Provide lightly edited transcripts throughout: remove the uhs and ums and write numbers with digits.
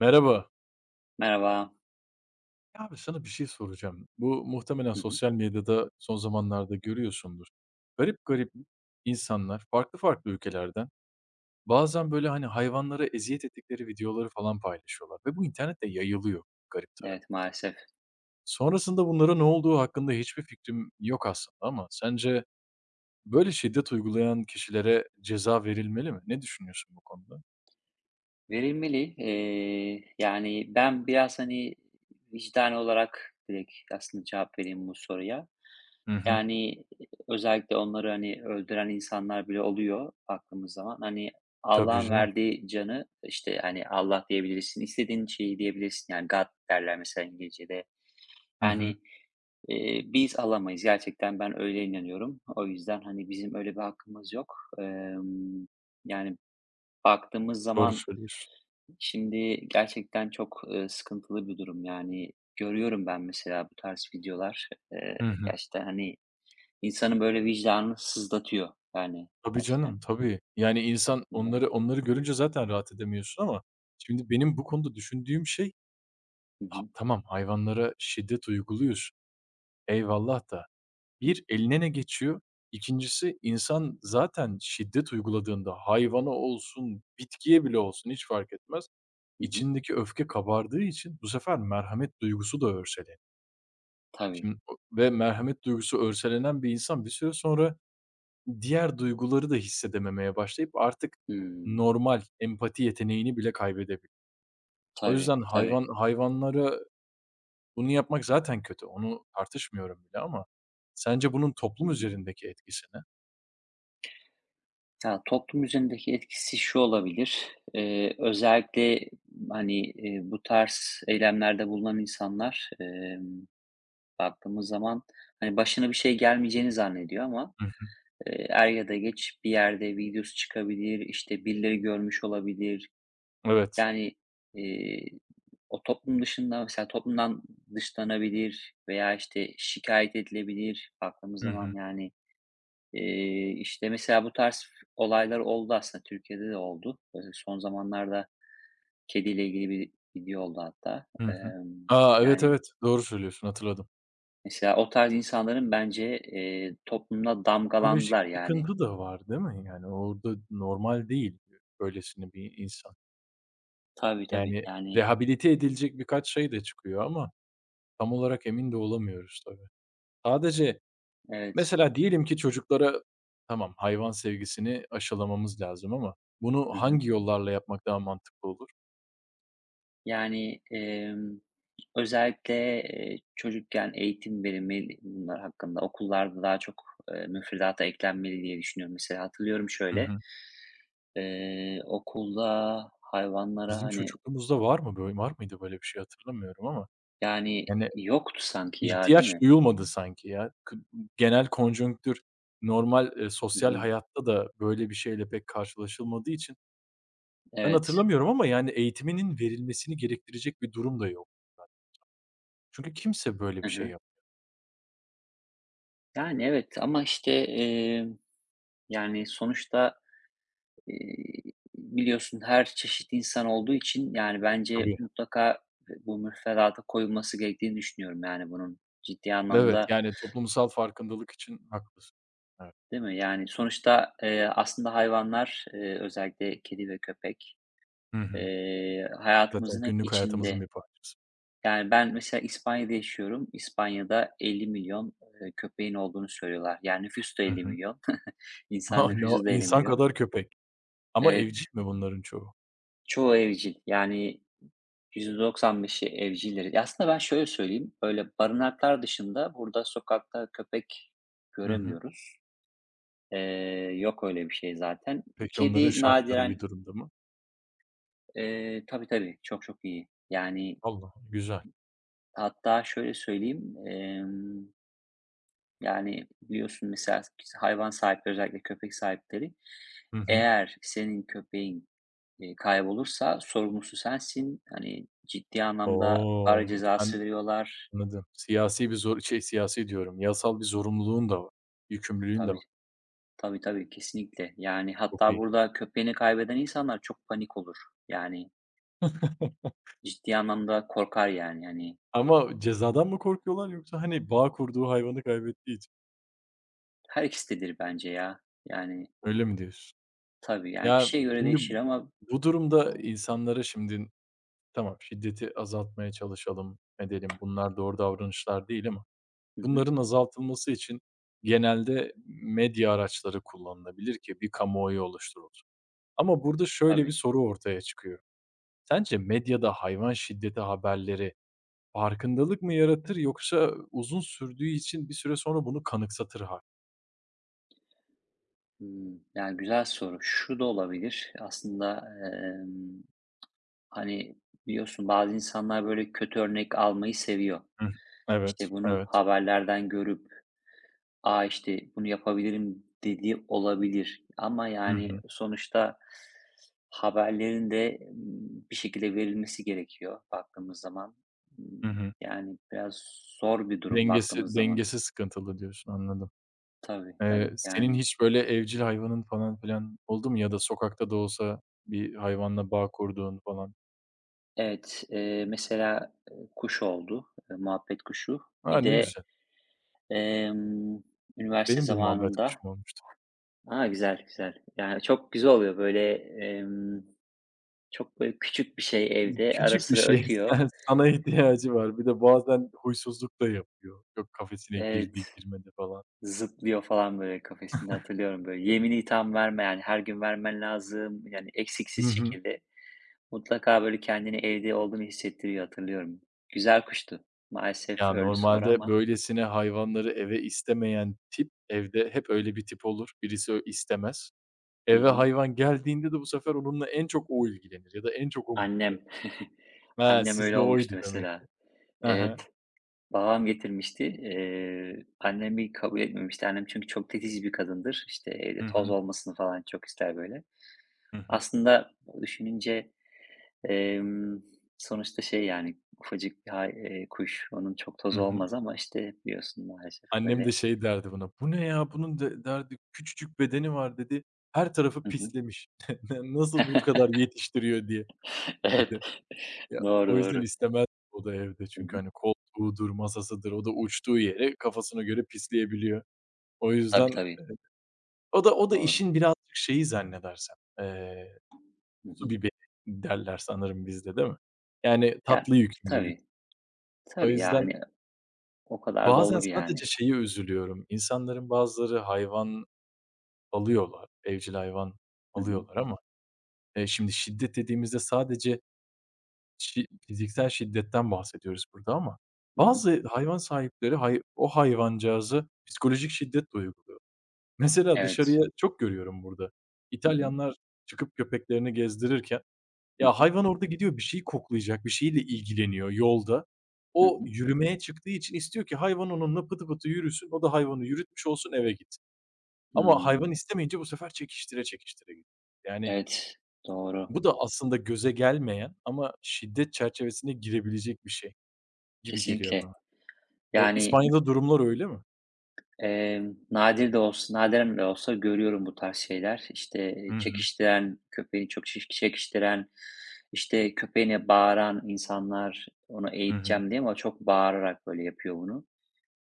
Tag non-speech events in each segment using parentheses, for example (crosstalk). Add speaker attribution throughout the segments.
Speaker 1: Merhaba.
Speaker 2: Merhaba.
Speaker 1: Ya abi sana bir şey soracağım. Bu muhtemelen
Speaker 2: Hı hı,
Speaker 1: sosyal medyada son zamanlarda görüyorsundur. Garip
Speaker 2: hı
Speaker 1: garip
Speaker 2: hı.
Speaker 1: insanlar farklı farklı ülkelerden bazen böyle hani hayvanlara eziyet ettikleri videoları falan paylaşıyorlar ve bu internette yayılıyor. Garip taraf.
Speaker 2: Evet, maalesef
Speaker 1: Sonrasında bunlara ne olduğu hakkında hiçbir fikrim yok aslında ama sence böyle şiddet uygulayan kişilere ceza verilmeli mi? Ne düşünüyorsun bu konuda?
Speaker 2: verilmeli. Yani, ben biraz, hani, vicdani olarak direkt aslında cevap vereyim bu soruya.
Speaker 1: Hı hı.
Speaker 2: Yani, özellikle onları, hani, öldüren insanlar bile oluyor baktığımız zaman. Hani,
Speaker 1: Tabii
Speaker 2: Allah'ın
Speaker 1: canım.
Speaker 2: verdiği canı, işte, hani, Allah diyebilirsin, istediğin şeyi diyebilirsin, yani, God derler mesela İngilizce'de.
Speaker 1: Hı hı.
Speaker 2: Yani, biz alamayız. Gerçekten ben öyle inanıyorum. O yüzden, hani, bizim öyle bir hakkımız yok. Yani baktığımız
Speaker 1: Doğru
Speaker 2: zaman
Speaker 1: söylüyorsun.
Speaker 2: şimdi gerçekten çok, sıkıntılı bir durum. Yani görüyorum ben mesela bu tarz videolar. Eee,
Speaker 1: Hı hı.
Speaker 2: gerçekten, hani, insanı böyle vicdanını sızlatıyor. Yani
Speaker 1: Tabii canım,
Speaker 2: gerçekten
Speaker 1: tabii. Yani insan
Speaker 2: baktığın zaman.
Speaker 1: onları görünce zaten rahat edemiyorsun ama şimdi benim bu konuda düşündüğüm şey,
Speaker 2: Hı
Speaker 1: ha
Speaker 2: hı.
Speaker 1: tamam, hayvanlara şiddet uyguluyorsun, eyvallah da
Speaker 2: Hı.
Speaker 1: bir eline ne geçiyor? 2'ncisi, insan zaten şiddet uyguladığında hayvana olsun, bitkiye bile olsun hiç fark etmez,
Speaker 2: Hı hı.
Speaker 1: içindeki öfke kabardığı için bu sefer merhamet duygusu da örseleniyor.
Speaker 2: Tabii.
Speaker 1: Şimdi o ve merhamet duygusu örselenen bir insan bir süre sonra diğer duyguları da hissedememeye başlayıp artık
Speaker 2: Hımm.
Speaker 1: normal empati yeteneğini bile kaybedebilir. O
Speaker 2: Tabii,
Speaker 1: yüzden
Speaker 2: tabii.
Speaker 1: hayvanlara bunu yapmak zaten kötü. Onu tartışmıyorum bile ama sence bunun
Speaker 2: Hı
Speaker 1: toplum
Speaker 2: hı.
Speaker 1: üzerindeki etkisi ne?
Speaker 2: Ya, toplum üzerindeki etkisi şu olabilir: Özellikle, hani, bu tarz eylemlerde bulunan insanlar, baktığımız zaman, hani, başına bir şey gelmeyeceğini zannediyor ama
Speaker 1: Hı hı.
Speaker 2: er ya da geç bir yerde videosu çıkabilir, işte, birileri görmüş olabilir.
Speaker 1: Evet.
Speaker 2: Yani, eee, o toplum dışında mesela toplumdan dışlanabilir veya, işte, şikayet edilebilir baktığımız
Speaker 1: Hı
Speaker 2: zaman.
Speaker 1: hı.
Speaker 2: Yani, işte, mesela bu tarz olaylar oldu aslında Türkiye'de de oldu. Son zamanlarda kediyle ilgili bir video oldu hatta.
Speaker 1: Hı hı.
Speaker 2: Emm,
Speaker 1: A, evet,
Speaker 2: yani,
Speaker 1: evet. Doğru söylüyorsun, hatırladım.
Speaker 2: mesela o tarz insanların bence, toplumda
Speaker 1: Psikolojik
Speaker 2: damgalandılar yani.
Speaker 1: sıkıntı da var değil mi? Yani orada normal değil böylesine bir insan.
Speaker 2: Tabii, tabii.
Speaker 1: Yani
Speaker 2: Yani
Speaker 1: rehabilite edilecek birkaç şey de çıkıyor ama tam olarak emin de olamıyoruz tabii. Sadece.
Speaker 2: evet.
Speaker 1: Mesela diyelim ki çocuklara, tamam, hayvan sevgisini aşılamamız lazım ama bunu
Speaker 2: Hı hı.
Speaker 1: hangi yollarla yapmak daha mantıklı olur?
Speaker 2: Yani, özellikle, çocukken eğitim verilmeli bunlar hakkında. Okullarda daha çok, müfredata eklenmeli diye düşünüyorum. Mesela hatırlıyorum
Speaker 1: Hı
Speaker 2: şöyle,
Speaker 1: hı.
Speaker 2: okulda hayvanlara,
Speaker 1: Bizim
Speaker 2: hani,
Speaker 1: çocukluğumuzda var mıydı böyle bir şey, hatırlamıyorum ama
Speaker 2: yani,
Speaker 1: yani
Speaker 2: yoktu sanki ya, değil
Speaker 1: ihtiyaç
Speaker 2: mi?
Speaker 1: duyulmadı sanki ya. Genel konjonktür normal,
Speaker 2: Hı
Speaker 1: sosyal
Speaker 2: hı.
Speaker 1: hayatta da böyle bir şeyle pek karşılaşılmadığı için ben
Speaker 2: Evet.
Speaker 1: hatırlamıyorum ama yani eğitiminin verilmesini gerektirecek bir durum da yok. Çünkü kimse böyle
Speaker 2: Hı
Speaker 1: bir şey
Speaker 2: hı.
Speaker 1: yapmıyor.
Speaker 2: Yani, evet ama, işte, yani, sonuçta. Eee, biliyorsun her çeşit insan olduğu için, yani, bence
Speaker 1: Tabii.
Speaker 2: mutlaka bu müfredata koyulması gerektiğini düşünüyorum, yani, bunun ciddi
Speaker 1: Evet,
Speaker 2: anlamda,
Speaker 1: yani toplumsal farkındalık için haklısın. Evet.
Speaker 2: değil mi? Yani, sonuçta, aslında hayvanlar, özellikle kedi ve köpek,
Speaker 1: Hı hı. Zaten
Speaker 2: hayatımızın hep
Speaker 1: günlük hayatımızın
Speaker 2: içinde.
Speaker 1: bir parçası.
Speaker 2: Yani, ben mesela İspanya'da yaşıyorum. İspanya'da 50.000.000, köpeğin olduğunu söylüyorlar. Yani, nüfus da
Speaker 1: Hı
Speaker 2: elli
Speaker 1: hı.
Speaker 2: milyon (laughs)
Speaker 1: (laughs)
Speaker 2: İnsan
Speaker 1: Hani, o
Speaker 2: nüfusu da elli
Speaker 1: insan
Speaker 2: milyon
Speaker 1: kadar köpek, ama
Speaker 2: Evet,
Speaker 1: evcil mi bunların çoğu?
Speaker 2: çoğu evcil. Yani, %95'i evcilleri. Aslında ben şöyle söyleyeyim, böyle barınaklar dışında burada sokakta köpek
Speaker 1: Hı hı.
Speaker 2: göremiyoruz. Yok öyle bir şey zaten.
Speaker 1: Peki onların
Speaker 2: Kedi
Speaker 1: şartları iyi
Speaker 2: nadiren,
Speaker 1: durumda mı?
Speaker 2: tabii tabii çok çok iyi. Yani
Speaker 1: Allah! Güzel.
Speaker 2: hatta şöyle söyleyeyim, yani biliyorsun mesela hayvan sahipleri özellikle köpek sahipleri
Speaker 1: Hı hı.
Speaker 2: eğer senin köpeğin, kaybolursa sorumlusu sensin. Hani ciddi anlamda para
Speaker 1: O!
Speaker 2: cezası
Speaker 1: Sen
Speaker 2: veriyorlar.
Speaker 1: anladım. Siyasi bir zor şey, siyasi diyorum, yasal bir zorunluluğun da var, yükümlülüğün de
Speaker 2: Tabii.
Speaker 1: var.
Speaker 2: Tabii, tabii, kesinlikle. Yani,
Speaker 1: Çok
Speaker 2: hatta
Speaker 1: iyi.
Speaker 2: burada köpeğini kaybeden insanlar çok panik olur. Yani,
Speaker 1: (laughs)
Speaker 2: ciddi anlamda korkar, yani, hani.
Speaker 1: Ama cezadan mı korkuyorlar yoksa, hani, bağ kurduğu hayvanı kaybettiği için?
Speaker 2: Her ikisidir bence ya. Yani,
Speaker 1: Öyle mi diyorsun?
Speaker 2: tabii, yani,
Speaker 1: Ya,
Speaker 2: kişiye göre
Speaker 1: şimdi
Speaker 2: değişir ama
Speaker 1: bu durumda
Speaker 2: yani.
Speaker 1: insanlara şimdi. Tamam, şiddeti azaltmaya çalışalım edelim. Bunlar doğru davranışlar değil ama
Speaker 2: Hı hı.
Speaker 1: bunların azaltılması için genelde medya araçları kullanılabilir ki bir kamuoyu oluşturulur. Ama burada şöyle bir
Speaker 2: Tabii.
Speaker 1: soru ortaya çıkıyor. Sence medyada hayvan şiddeti haberleri farkındalık mı yaratır yoksa uzun sürdüğü için bir süre sonra bunu kanıksatır hâl?
Speaker 2: Hımm, yani, güzel soru. Şu da olabilir aslında, emm, hani, biliyorsun bazı insanlar böyle kötü örnek almayı seviyor.
Speaker 1: Hıh. Evet,
Speaker 2: İşte, bunu
Speaker 1: evet.
Speaker 2: haberlerden görüp, "A, işte, bunu yapabilirim" dedi olabilir ama,
Speaker 1: Hı
Speaker 2: yani,
Speaker 1: hı.
Speaker 2: sonuçta haberlerin de, bir şekilde verilmesi gerekiyor baktığımız zaman. Imm,
Speaker 1: Hı hı.
Speaker 2: yani, biraz zor bir durum baktığımız
Speaker 1: Dengesi
Speaker 2: zaman.
Speaker 1: dengesi sıkıntılı diyorsun, anladım.
Speaker 2: Tabii,
Speaker 1: Eee,
Speaker 2: tabii,
Speaker 1: senin
Speaker 2: yani,
Speaker 1: hiç böyle evcil hayvanın falan filan oldu mu ya da sokakta da olsa bir hayvanla bağ kurduğun falan?
Speaker 2: evet, mesela, kuş oldu, muhabbet kuşu.
Speaker 1: A,
Speaker 2: Bir
Speaker 1: ne
Speaker 2: de,
Speaker 1: güzel.
Speaker 2: emm, üniversite
Speaker 1: Benim de muhabbet
Speaker 2: zamanında.
Speaker 1: kuşum olmuştu.
Speaker 2: A, güzel, güzel. Yani, çok güzel oluyor, böyle, çok, böyle, küçük bir şey evde, ara
Speaker 1: Küçük bir
Speaker 2: sıra
Speaker 1: şey, (laughs)
Speaker 2: ötüyor.
Speaker 1: sana ihtiyacı var. Bir de bazen huysuzluk da yapıyor. Yok, kafesine girdi,
Speaker 2: Evet,
Speaker 1: girmedi falan.
Speaker 2: zıplıyor falan böyle kafesinde hatırlıyorum böyle. Yemini tam verme yani her gün vermen lazım yani
Speaker 1: Hı
Speaker 2: eksiksiz
Speaker 1: hı.
Speaker 2: şekilde. Mutlaka böyle kendini evde olduğunu hissettiriyor hatırlıyorum. Güzel kuştu. Maalesef
Speaker 1: Ya,
Speaker 2: öldü sonra
Speaker 1: normalde
Speaker 2: ama.
Speaker 1: böylesine hayvanları eve istemeyen tip, evde hep öyle bir tip olur. Birisi istemez.
Speaker 2: Hı
Speaker 1: Eve
Speaker 2: hı.
Speaker 1: hayvan geldiğinde de bu sefer onunla en çok o ilgilenir ya da en çok o mutlu olur.
Speaker 2: Annem. (laughs)
Speaker 1: He,
Speaker 2: Annem öyle
Speaker 1: sizde oydu
Speaker 2: olmuştu
Speaker 1: demek ki.
Speaker 2: mesela.
Speaker 1: He he.
Speaker 2: Evet. Babam getirmişti. Annem bir kabul etmemişti. Annem çünkü çok titiz bir kadındır. İşte evde
Speaker 1: Hı
Speaker 2: toz
Speaker 1: hı.
Speaker 2: olmasını falan çok ister böyle.
Speaker 1: Hı hı.
Speaker 2: Aslında düşününce. Emm, sonuçta şey, yani, ufacık bir hay kuş, onun çok
Speaker 1: Hı
Speaker 2: tozu
Speaker 1: hı.
Speaker 2: olmaz ama, işte, biliyorsun maalesef
Speaker 1: Annem de
Speaker 2: öyle.
Speaker 1: şey derdi bana, "Bu ne ya? Bunun" de derdi, "Küçücük bedeni var." dedi. "Her tarafı
Speaker 2: Hı hı.
Speaker 1: pislemiş. (laughs) Nasıl bu kadar
Speaker 2: (laughs)
Speaker 1: yetiştiriyor?" diye
Speaker 2: Evet.
Speaker 1: dedi. Ya,
Speaker 2: Doğru,
Speaker 1: o yüzden
Speaker 2: doğru.
Speaker 1: istemez o da evde
Speaker 2: Hı
Speaker 1: çünkü,
Speaker 2: hı.
Speaker 1: hani, koltuğudur, masasıdır, o da uçtuğu yere kafasına göre pisleyebiliyor. O
Speaker 2: Tabii,
Speaker 1: yüzden
Speaker 2: tabii.
Speaker 1: o da
Speaker 2: Doğru.
Speaker 1: işin birazcık şeyi zannedersem,
Speaker 2: Hı
Speaker 1: su
Speaker 2: hı.
Speaker 1: biberi derler sanırım bizde, değil mi? Yani
Speaker 2: Ya,
Speaker 1: tatlı yükümlülük.
Speaker 2: tabii,
Speaker 1: O
Speaker 2: tabii,
Speaker 1: yüzden
Speaker 2: yani, o kadar da
Speaker 1: bazen
Speaker 2: olur,
Speaker 1: sadece
Speaker 2: yani.
Speaker 1: şeye üzülüyorum. İnsanların bazıları hayvan alıyorlar, evcil hayvan
Speaker 2: Hı hı.
Speaker 1: alıyorlar ama, şimdi şiddet dediğimizde sadece fiziksel şiddetten bahsediyoruz burada ama
Speaker 2: Hı hı.
Speaker 1: bazı hayvan sahipleri o hayvancağıza psikolojik şiddet de uyguluyor. Mesela
Speaker 2: Evet.
Speaker 1: dışarıya çok görüyorum burada.
Speaker 2: Hı hı.
Speaker 1: İtalyanlar çıkıp köpeklerini gezdirirken,
Speaker 2: Hı
Speaker 1: ya,
Speaker 2: hı.
Speaker 1: hayvan orada gidiyor bir şeyi koklayacak, bir şeyle ilgileniyor yolda.
Speaker 2: Hı
Speaker 1: O
Speaker 2: hı.
Speaker 1: yürümeye çıktığı için istiyor ki hayvan onunla pıtı pıtı yürüsün, o da hayvanı yürütmüş olsun, eve gitsin. Ama
Speaker 2: Hımm.
Speaker 1: hayvan istemeyince bu sefer çekiştire çekiştire gidiyor. Yani
Speaker 2: Evet, doğru.
Speaker 1: bu da aslında göze gelmeyen ama şiddet çerçevesine girebilecek bir şey gibi geliyor
Speaker 2: Kesinlikle.
Speaker 1: bana. O,
Speaker 2: Yani,
Speaker 1: İspanya'da durumlar öyle mi?
Speaker 2: Nadiren de olsa görüyorum bu tarz şeyler. İşte,
Speaker 1: Hı hı.
Speaker 2: çekiştiren, köpeğini çok çekiştiren, işte, köpeğine bağıran insanlar, onu
Speaker 1: Hı hı.
Speaker 2: eğiteceğim diye ama çok bağırarak böyle yapıyor bunu.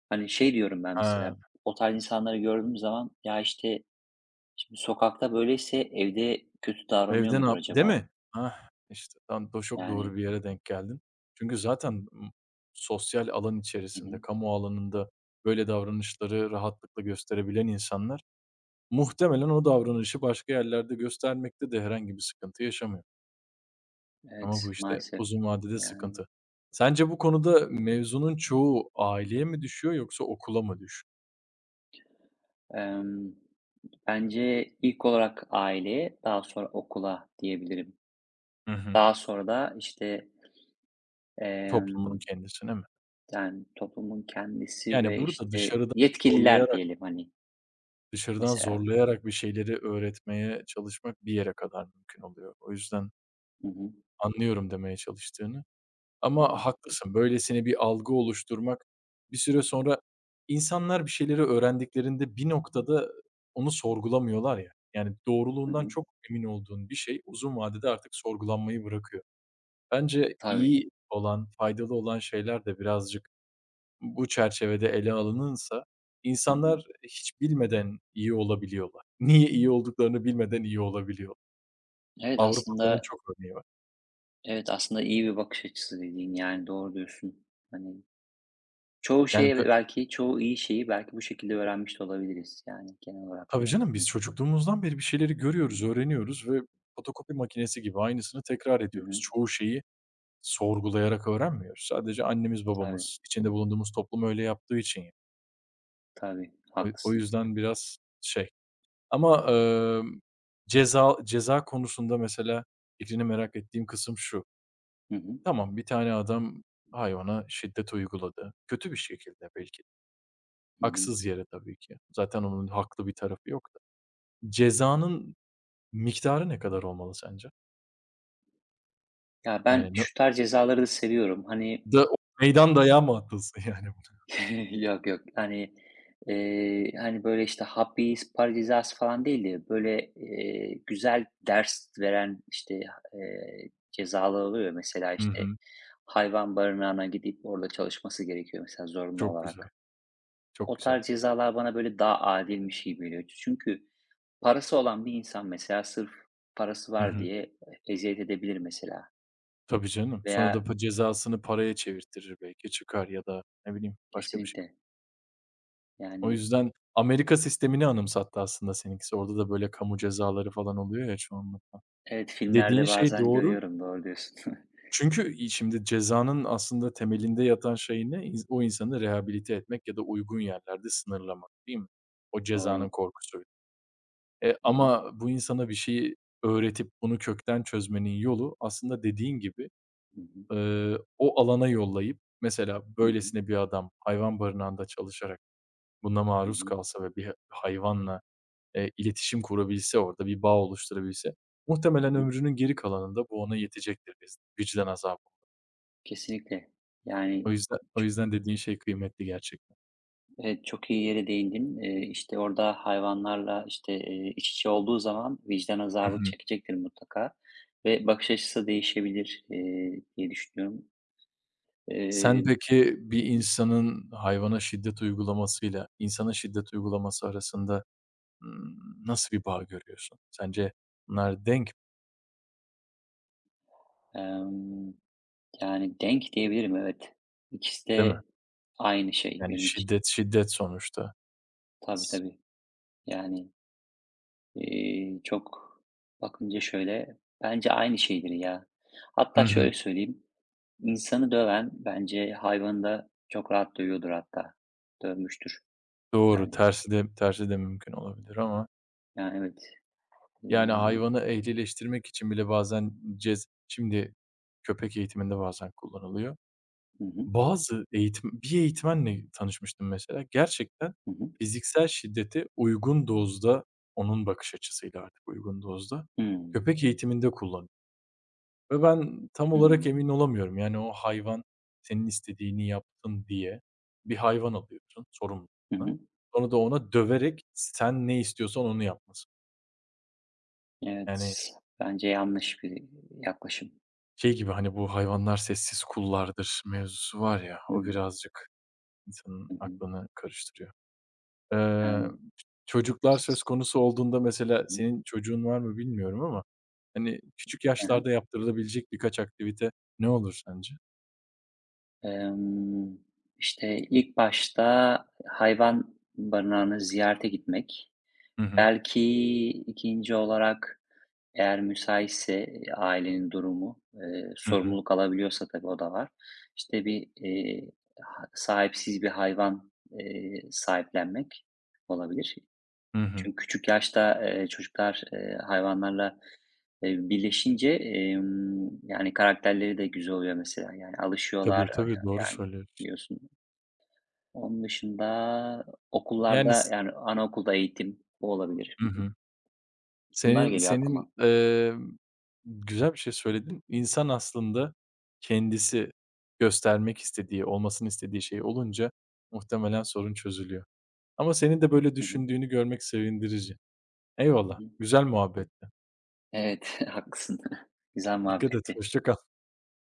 Speaker 2: Hani, şey diyorum ben
Speaker 1: Ha,
Speaker 2: mesela, o tarz insanları gördüğüm zaman, "Ya, işte, şimdi sokakta böyleyse evde kötü davranıyor
Speaker 1: evde ne
Speaker 2: mudur
Speaker 1: yap Değil
Speaker 2: acaba?"
Speaker 1: mi? Hah, işte tam da çok doğru
Speaker 2: Yani.
Speaker 1: bir yere denk geldin. Çünkü zaten, sosyal alan
Speaker 2: Hı
Speaker 1: içerisinde,
Speaker 2: hı.
Speaker 1: kamu alanında böyle davranışları rahatlıkla gösterebilen insanlar muhtemelen o davranışı başka yerlerde göstermekte de herhangi bir sıkıntı yaşamıyor. Ama bu,
Speaker 2: Evet,
Speaker 1: işte,
Speaker 2: maalesef.
Speaker 1: uzun vadede
Speaker 2: Yani,
Speaker 1: sıkıntı. Sence bu konuda mevzunun çoğu aileye mi düşüyor yoksa okula mı düşüyor?
Speaker 2: emm, bence ilk olarak aileye, daha sonra okula diyebilirim.
Speaker 1: Hı hı.
Speaker 2: Daha sonra da, işte,
Speaker 1: Toplumun
Speaker 2: emm,
Speaker 1: kendisine mi?
Speaker 2: yani, toplumun kendisi
Speaker 1: Yani,
Speaker 2: ve,
Speaker 1: burada
Speaker 2: işte,
Speaker 1: dışarıdan
Speaker 2: yetkililer
Speaker 1: zorlayarak
Speaker 2: diyelim, hani, mesela.
Speaker 1: bir şeyleri öğretmeye çalışmak bir yere kadar mümkün oluyor. O yüzden
Speaker 2: Hı hı.
Speaker 1: anlıyorum demeye çalıştığını.
Speaker 2: Hı
Speaker 1: Ama
Speaker 2: hı.
Speaker 1: haklısın, böylesine bir algı oluşturmak, bir süre sonra insanlar bir şeyleri öğrendiklerinde bir noktada onu sorgulamıyorlar ya. Yani
Speaker 2: Hı
Speaker 1: doğruluğundan
Speaker 2: hı.
Speaker 1: çok emin olduğun bir şey uzun vadede artık sorgulanmayı bırakıyor. Bence
Speaker 2: Tabii.
Speaker 1: iyi olan, faydalı olan şeyler de birazcık bu çerçevede ele alınırsa
Speaker 2: Hı hı.
Speaker 1: insanlar hiç bilmeden iyi olabiliyorlar. Niye iyi olduklarını bilmeden iyi olabiliyor.
Speaker 2: Evet,
Speaker 1: Avrupa'da onun
Speaker 2: aslında,
Speaker 1: çok örneği var.
Speaker 2: evet, aslında iyi bir bakış açısı dediğin, yani, doğru diyorsun. Hani, çoğu
Speaker 1: Yani,
Speaker 2: şeye ve belki çoğu iyi şeyi belki bu şekilde öğrenmiş de olabiliriz, yani, genel olarak
Speaker 1: tabii
Speaker 2: değil mi
Speaker 1: canım, biz
Speaker 2: bakınca?
Speaker 1: çocukluğumuzdan beri bir şeyleri görüyoruz,
Speaker 2: Hımm.
Speaker 1: öğreniyoruz ve fotokopi makinesi gibi aynısını tekrar
Speaker 2: Hı
Speaker 1: ediyoruz.
Speaker 2: hı.
Speaker 1: Çoğu şeyi sorgulayarak öğrenmiyoruz. Sadece annemiz,
Speaker 2: Tabii,
Speaker 1: babamız, içinde bulunduğumuz toplum öyle yaptığı için.
Speaker 2: tabii,
Speaker 1: O o
Speaker 2: haklısın.
Speaker 1: yüzden biraz şey ama, ceza konusunda mesela fikrini merak ettiğim kısım şu:
Speaker 2: Hı hı.
Speaker 1: Tamam, bir tane adam hayvana şiddet uyguladı. Kötü bir şekilde belki.
Speaker 2: Hı hı.
Speaker 1: Haksız yere tabii ki. Zaten onun haklı bir tarafı yok da. Cezanın miktarı ne kadar olmalı sence?
Speaker 2: Ya, ben
Speaker 1: Yani
Speaker 2: şu tarz cezaları da seviyorum. Hani
Speaker 1: da o meydan dayağı mı atılsın (laughs) yani
Speaker 2: (laughs) yok, yok. Hani, hani, böyle, işte, Hobbies, Paradises falan değil de, böyle, güzel ders veren, işte, oluyor. Mesela,
Speaker 1: buna? Hı
Speaker 2: işte,
Speaker 1: hı.
Speaker 2: hayvan barınağına gidip orada çalışması gerekiyor mesela zorunlu
Speaker 1: Çok güzel,
Speaker 2: olarak.
Speaker 1: çok
Speaker 2: O
Speaker 1: güzel.
Speaker 2: tarz cezalar bana, böyle, daha adilmiş gibi geliyor. Çünkü parası olan bir insan mesela sırf parası
Speaker 1: Hı
Speaker 2: var
Speaker 1: hı.
Speaker 2: diye eziyet edebilir mesela
Speaker 1: Tabii canım. Sonra da
Speaker 2: veya.
Speaker 1: cezasını paraya çevirtirir belki, çıkar ya da ne bileyim başka bir şey.
Speaker 2: Kesinlikle.
Speaker 1: O
Speaker 2: Yani,
Speaker 1: yüzden Amerika sistemini anımsattı aslında seninkisi. Orada da böyle kamu cezaları falan oluyor ya çoğunlukla.
Speaker 2: evet,
Speaker 1: Dediğin
Speaker 2: filmlerde
Speaker 1: şey
Speaker 2: bazen
Speaker 1: doğru.
Speaker 2: görüyorum. Doğru diyorsun. (laughs)
Speaker 1: Çünkü şimdi cezanın aslında temelinde yatan şey ne? O insanı rehabilite etmek ya da uygun yerlerde sınırlamak, değil mi? O cezanın
Speaker 2: Doğru.
Speaker 1: korkusu. Eee,
Speaker 2: Hı hı.
Speaker 1: ama bu insana bir şeyi öğretip bunu kökten çözmenin yolu aslında dediğin gibi,
Speaker 2: Hı hı.
Speaker 1: o alana yollayıp, mesela
Speaker 2: Hı hı.
Speaker 1: böylesine bir adam hayvan barınağında çalışarak buna
Speaker 2: Hı
Speaker 1: maruz
Speaker 2: hı.
Speaker 1: kalsa ve bir hayvanla, iletişim kurabilse, orada bir bağ oluşturabilse,
Speaker 2: Hı
Speaker 1: muhtemelen
Speaker 2: hı.
Speaker 1: ömrünün geri kalanında bu ona yetecektir, vicdan azabı.
Speaker 2: Kesinlikle. Yani,
Speaker 1: O yüzden o
Speaker 2: ço
Speaker 1: yüzden dediğin şey kıymetli gerçekten.
Speaker 2: evet, çok iyi yere değindin. İşte, orada hayvanlarla, işte, iç içe olduğu zaman vicdan
Speaker 1: Hı
Speaker 2: azabı
Speaker 1: hı.
Speaker 2: çekecektir mutlaka ve bakış açısı değişebilir, diye düşünüyorum.
Speaker 1: Sen
Speaker 2: Eee,
Speaker 1: peki bir
Speaker 2: Hı hı.
Speaker 1: insanın hayvana şiddet uygulamasıyla insana şiddet uygulaması arasında Imm, nasıl bir bağ görüyorsun? Sence bunlar denk,
Speaker 2: emm, yani denk diyebilirim, evet. İkisi
Speaker 1: değil mi?
Speaker 2: de aynı şey
Speaker 1: Yani
Speaker 2: benim için.
Speaker 1: şiddet, şiddet sonuçta.
Speaker 2: Tabii,
Speaker 1: S
Speaker 2: tabii. Yani. Çok bakınca şöyle, bence aynı şeydir ya.
Speaker 1: Hı
Speaker 2: Hatta
Speaker 1: hı.
Speaker 2: şöyle söyleyeyim, insanı döven bence hayvanı da çok rahat dövüyordur hatta. Dövmüştür
Speaker 1: Doğru,
Speaker 2: yani.
Speaker 1: tersi de mümkün olabilir ama
Speaker 2: Yani evet.
Speaker 1: yani
Speaker 2: Iıı,
Speaker 1: hayvanı ehlileştirmek için bile bazen şimdi köpek eğitiminde bazen kullanılıyor.
Speaker 2: hı hı,
Speaker 1: Bazı eğitim bir eğitmenle tanışmıştım mesela, gerçekten
Speaker 2: hı hı.
Speaker 1: fiziksel şiddeti uygun dozda, onun bakış açısıyla artık uygun dozda
Speaker 2: Hımm,
Speaker 1: köpek eğitiminde kullanıyor. Ve ben tam olarak
Speaker 2: hımm.
Speaker 1: emin olamıyorum. Yani o hayvan senin istediğini yapsın diye bir hayvan alıyorsun
Speaker 2: Hı
Speaker 1: sorumluluğuna.
Speaker 2: hı.
Speaker 1: Sonra da ona döverek sen ne istiyorsan onu yapması. Yani
Speaker 2: Evet, bence yanlış bir yaklaşım.
Speaker 1: şey gibi, hani bu hayvanlar sessiz kullardır mevzusu var ya, o
Speaker 2: Hımm.
Speaker 1: birazcık insanın
Speaker 2: Hı hı.
Speaker 1: aklını karıştırıyor. Eee,
Speaker 2: Yani.
Speaker 1: çocuklar söz konusu olduğunda mesela
Speaker 2: Hı hı.
Speaker 1: senin çocuğun var mı bilmiyorum ama hani küçük
Speaker 2: Hı hı.
Speaker 1: yaşlarda yaptırılabilecek birkaç aktivite ne olur sence?
Speaker 2: Emm, işte, ilk başta hayvan barınağına ziyarete gitmek.
Speaker 1: Hı hı.
Speaker 2: Belki ikinci olarak, eğer müsaitse, ailenin durumu,
Speaker 1: Hı hı.
Speaker 2: sorumluluk alabiliyorsa tabii o da var. İşte, bir, ha sahipsiz bir hayvan, sahiplenmek olabilir.
Speaker 1: Hı hı.
Speaker 2: Çünkü küçük yaşta, çocuklar, hayvanlarla, birleşince, yani, karakterleri de güzel oluyor mesela. Yani, alışıyorlar,
Speaker 1: Tabii, tabii, doğru
Speaker 2: yani,
Speaker 1: söylüyorsun.
Speaker 2: biliyorsun. Onun dışında
Speaker 1: Yani.
Speaker 2: okullarda, yani, anaokulda eğitim, bu olabilir.
Speaker 1: Hı hı.
Speaker 2: Bunlar
Speaker 1: Senin
Speaker 2: geliyor
Speaker 1: senin,
Speaker 2: aklıma.
Speaker 1: güzel bir şey söyledin. İnsan aslında kendisi göstermek istediği, olmasını istediği şey olunca muhtemelen sorun çözülüyor. Ama senin de böyle
Speaker 2: Hı hı.
Speaker 1: düşündüğünü görmek sevindirici.
Speaker 2: Hı
Speaker 1: Eyvallah,
Speaker 2: hı.
Speaker 1: güzel muhabbetti.
Speaker 2: Evet, (laughs) haklısın. (laughs) Güzel
Speaker 1: Dikkat et,
Speaker 2: muhabbetti.
Speaker 1: hoşça kal.